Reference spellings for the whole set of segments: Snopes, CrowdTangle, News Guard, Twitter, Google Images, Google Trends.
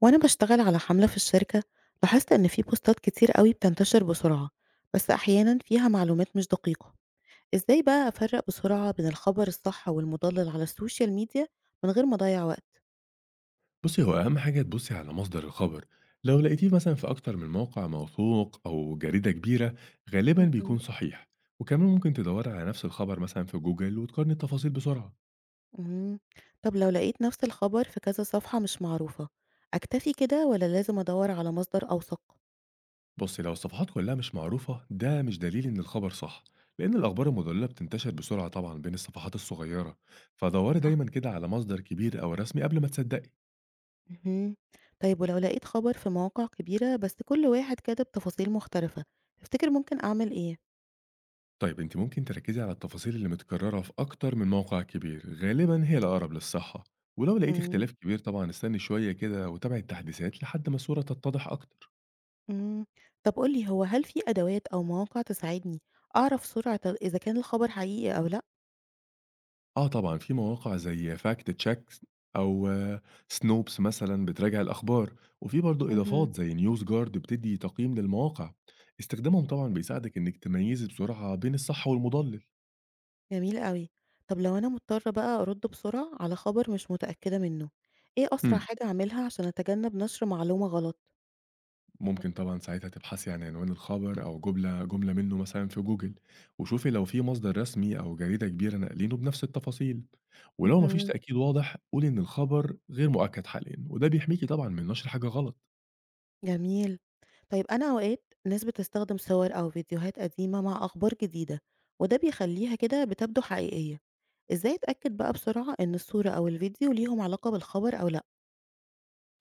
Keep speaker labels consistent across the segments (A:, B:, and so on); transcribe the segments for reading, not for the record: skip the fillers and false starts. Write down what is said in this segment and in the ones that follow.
A: وأنا بشتغل على حملة في الشركة لاحظت إن في بوستات كتير قوي بتنتشر بسرعة بس أحيانا فيها معلومات مش دقيقة. إزاي بقى أفرق بسرعة بين الخبر الصح والمضلل على السوشيال ميديا من غير ما أضيع وقت؟
B: بُصّي، هو أهم حاجة تبُصّي على مصدر الخبر، لو لقيتيه مثلًا في أكتر من موقع موثوق أو جريدة كبيرة، غالبًا
A: مهم.
B: بيكون صحيح، وكمان ممكن تدوّري على نفس الخبر مثلًا في جوجل وتقارني التفاصيل بسرعة.
A: مم. طب لو لقيت نفس الخبر في كذا صفحة مش معروفة أكتفي كده ولا لازم أدور على مصدر أوثق؟
B: بُصّي، لو الصفحات كلّها مش معروفة، ده مش دليل إن الخبر صح، لإن الأخبار المضلّلة بتنتشر بسرعة طبعًا بين الصفحات الصغيّرة، فدوّري
A: صح،
B: دايمًا كده على مصدر كبير أو رسمي قبل ما تصدّقي.
A: مهم. طيب ولو لقيت خبر في مواقع كبيرة بس كل واحد كاتب تفاصيل مختلفة تفتكر ممكن أعمل إيه؟
B: طيب أنتِ ممكن تركّزي على التفاصيل اللي متكررة في أكتر من موقع كبير، غالبًا هي الأقرب للصحة، ولو لقيتِ اختلاف كبير طبعًا استني شوية كده وتابعي التحديثات لحد ما الصورة تتضح أكتر.
A: إمم. طب قُل لي هو هل في أدوات أو مواقع تساعدني أعرف سرعة إذا كان الخبر حقيقي أو لأ؟
B: آه طبعًا في مواقع زي fact checks أو Snopes مثلًا بتراجع الأخبار، وفي برضه
A: اهم.
B: إضافات زي news guard بتدّي تقييم للمواقع، استخدامهم طبعًا بيساعدِك إنِّك تميّزي بسرعة بين الصح والمُضلِّل.
A: جميل أوي. طب لو أنا مضطرة بقى أرُد بسرعة على خبر مش متأكدة منه، إيه أسرع
B: إمم.
A: حاجة أعملها عشان أتجنب نشر معلومة غلط؟
B: ممكن طبعًا ساعتها تبحثي عن عنوان الخبر أو جملة جملة منه مثلًا في جوجل، وشوفي لو في مصدر رسمي أو جريدة كبيرة ناقلينه بنفس التفاصيل، ولو ما فيش
A: اهم.
B: تأكيد واضح قولي إن الخبر غير مؤكد حاليًا، وده بيحميكي طبعًا من نشر حاجة غلط.
A: جميل. طيب أنا أوقات ناس بتستخدم صور أو فيديوهات قديمة مع أخبار جديدة، وده بيخلّيها كده بتبدو حقيقية. إزاي أتأكد بقى بسرعة إن الصورة أو الفيديو ليهم علاقة بالخبر أو لأ؟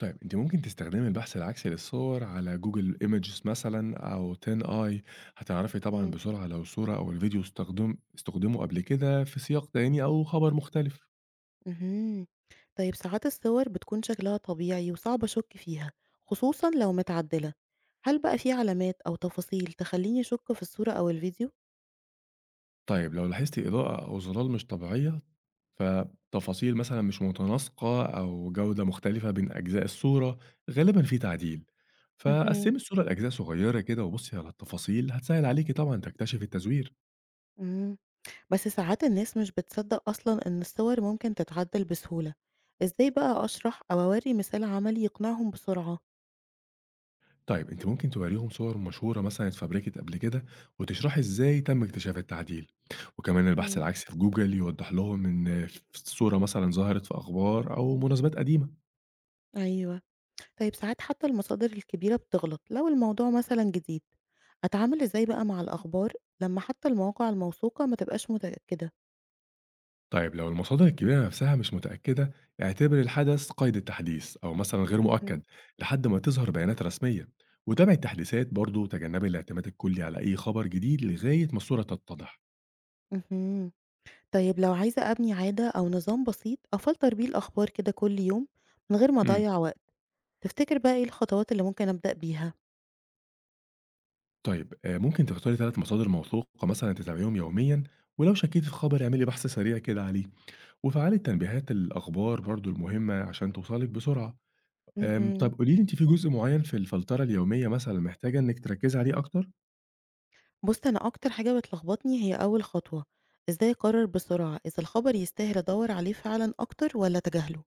B: طيب أنتِ ممكن تستخدمي البحث العكسي للصور على جوجل إيميجز مثلًا أو TinEye هتعرفي طبعًا
A: إمم.
B: بسرعة لو الصورة أو الفيديو استخدموا قبل كده في سياق تاني أو خبر مختلف.
A: اهم. طيب ساعات الصور بتكون شكلها طبيعي وصعب أشُك فيها، خصوصًا لو متعدلة. هل بقى في علامات أو تفاصيل تخلّيني أشُك في الصورة أو الفيديو؟
B: طيب لو لاحظتِ إضاءة أو ظلال مش طبيعية فتفاصيل مثلًا مش متناسقة أو جودة مختلفة بين أجزاء الصورة، غالبًا في تعديل.
A: اهم،
B: فقسّمي الصورة لأجزاء صغيرة كده وبُصّي على التفاصيل، هتسهِّل عليكِ طبعًا تكتشفي التزوير.
A: إمم. بس ساعات الناس مش بتصدّق أصلًا إن الصور ممكن تتعدل بسهولة. إزاي بقى أشرح أو أورّي مثال عملي يقنعهم بسرعة؟
B: طيب أنتِ ممكن تورّيهم صور مشهورة مثلًا اتفبركت قبل كده وتشرحي إزاي تم اكتشاف التعديل. وكمان البحث
A: إمم.
B: العكسي في Google يوضّح لهم إن ف الصورة مثلًا ظهرت في أخبار أو مناسبات قديمة.
A: أيوه. طيب ساعات حتى المصادر الكبيرة بتغلط لو الموضوع مثلًا جديد. أتعامل إزاي بقى مع الأخبار لمّا حتى المواقع الموثوقة ما تبقاش متأكدة؟
B: طيب لو المصادر الكبيرة نفسها مش متأكدة اعتبر الحدث قيد التحديث أو مثلا غير مؤكد
A: اهم.
B: لحد ما تظهر بيانات رسمية وتابع التحديثات برضو تجنبي الاعتماد الكلي على أي خبر جديد لغاية ما الصورة تتضح.
A: اهم. طيب لو عايزة أبني عادة أو نظام بسيط أفلتر بيه الأخبار كده كل يوم من غير ما
B: امم
A: أضيّع وقت، تفتكر بقى إيه الخطوات اللي ممكن أبدأ بيها؟
B: طيب آه، ممكن تختاري 3 مصادر موثوقة مثلا تتابعيهم يوميا ولو شكيتي في خبر اعملي بحث سريع كده عليه وفعلي تنبيهات الأخبار برضو المهمة عشان توصلك بسرعة.
A: اهم.
B: طب قولي لي انت في جزء معين في الفلترة اليومية مثلا محتاجة انك تركزي عليه اكتر.
A: بُص أنا أكتر حاجة بتلخبطني هي أول خطوة، إزاي أقرر بسرعة إذا الخبر يستاهل أدوّر عليه فعلًا أكتر والّا أتجاهله؟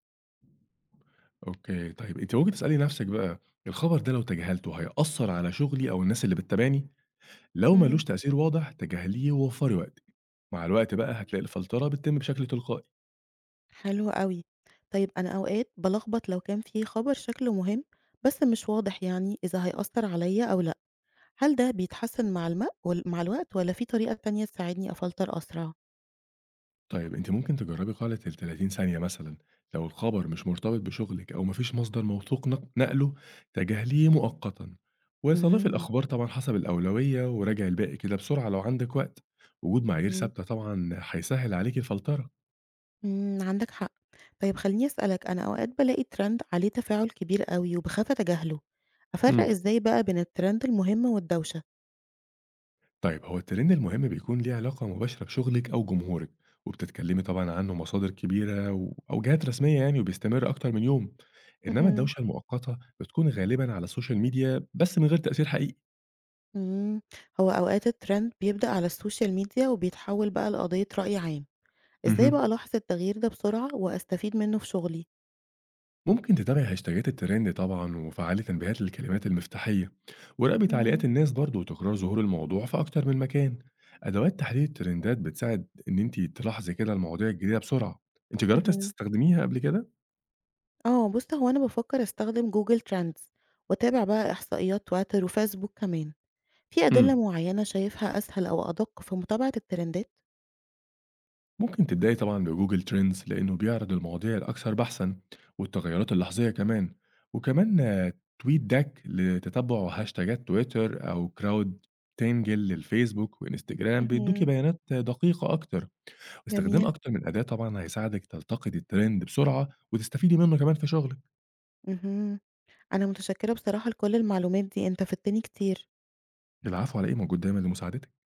B: أوكي، طيب أنتِ ممكن تسألي نفسِك بقى الخبر ده لو تجاهلته هيأثّر على شغلي أو الناس اللي بتتابعني؟ لو ما
A: إمم،
B: لوش تأثير واضح تجاهليه ووفّري وقت، مع الوقت بقى هتلاقي الفلترة بتتم بشكل تلقائي.
A: حلو أوي. طيب أنا أوقات بالخبط لو كان في خبر شكله مهم بس مش واضح يعني إذا هيأثّر عليّا أو لأ، هل ده بيتحسن مع المق وال مع الوقت والّا في طريقة تانية تساعدني أفلتر أسرع؟
B: طيب أنتِ ممكن تجرّبي قاعدة ال30 ثانية مثلًا، لو الخبر مش مرتبط بشغلِك أو ما فيش مصدر موثوق نقله تجاهليه مؤقتًا، وصنّفي
A: إمم،
B: الأخبار طبعًا حسب الأولوية وراجعي الباقي كده بسرعة لو عندِك وقت. وجود معايير
A: إمم،
B: ثابتة طبعًا هيسهّل عليكِ الفلترة.
A: إمم، عندك حق. طيب خلّيني أسألك، أنا أوقات بالاقي trend عليه تفاعل كبير أوي وباخاف أتجاهله، أفرّق
B: إمم.
A: إزاي بقى بين الtrend المهم والدوشة؟
B: طيب هو الترند المهم بيكون ليه علاقة مباشرة بشغلِك أو جمهورِك، وبتتكلمي طبعًا عنه مصادر كبيرة أو جهات رسمية يعني وبيستمر أكتر من يوم، إنما
A: اهم،
B: الدوشة المؤقتة بتكون غالبًا على السوشيال ميديا بس من غير تأثير حقيقي.
A: إمم. هو أوقات الtrend بيبدأ على الsocial media وبيتحول بقى لقضية رأي عام، إزاي بقى
B: اهم.
A: ألاحظ التغيير ده بسرعة وأستفيد منه في شغلي؟
B: ممكن تتابعي هاشتاجات الترند طبعًا وفعّلي تنبيهات للكلمات المفتاحية، وراقبي
A: إمم،
B: تعليقات الناس برضه وتكرار ظهور الموضوع في أكتر من مكان. أدوات تحليل الترندات بتساعد إن أنتِ تلاحظي كده المواضيع الجديدة بسرعة. أنتِ جربتِ
A: اهم،
B: تستخدميها قبل كده؟
A: آه، بُص هو أنا بافكّر أستخدم Google Trends وأتابع بقى إحصائيات Twitter وFacebook كمان، في
B: إمم.
A: أدلة معيّنة شايفها أسهل أو أدق في متابعة الترندات؟
B: ممكن تبدأي طبعا بجوجل ترندز لأنه بيعرض المواضيع الأكثر بحثا والتغيرات اللحظية كمان وكمان تويت داك لتتبع هاشتاجات تويتر أو كراود تانجل للفيسبوك وانستجرام بيدوكي
A: اهم،
B: بيانات دقيقة أكتر واستخدام
A: جميل،
B: أكتر من أداة طبعا هيساعدك تلتقط الترند بسرعة وتستفيدي منه كمان في شغلك.
A: اهم. أنا متشكرة بصراحة لكل المعلومات دي، أنت فدتني كتير.
B: العفو، على إيه، موجود دايما لمساعدتك.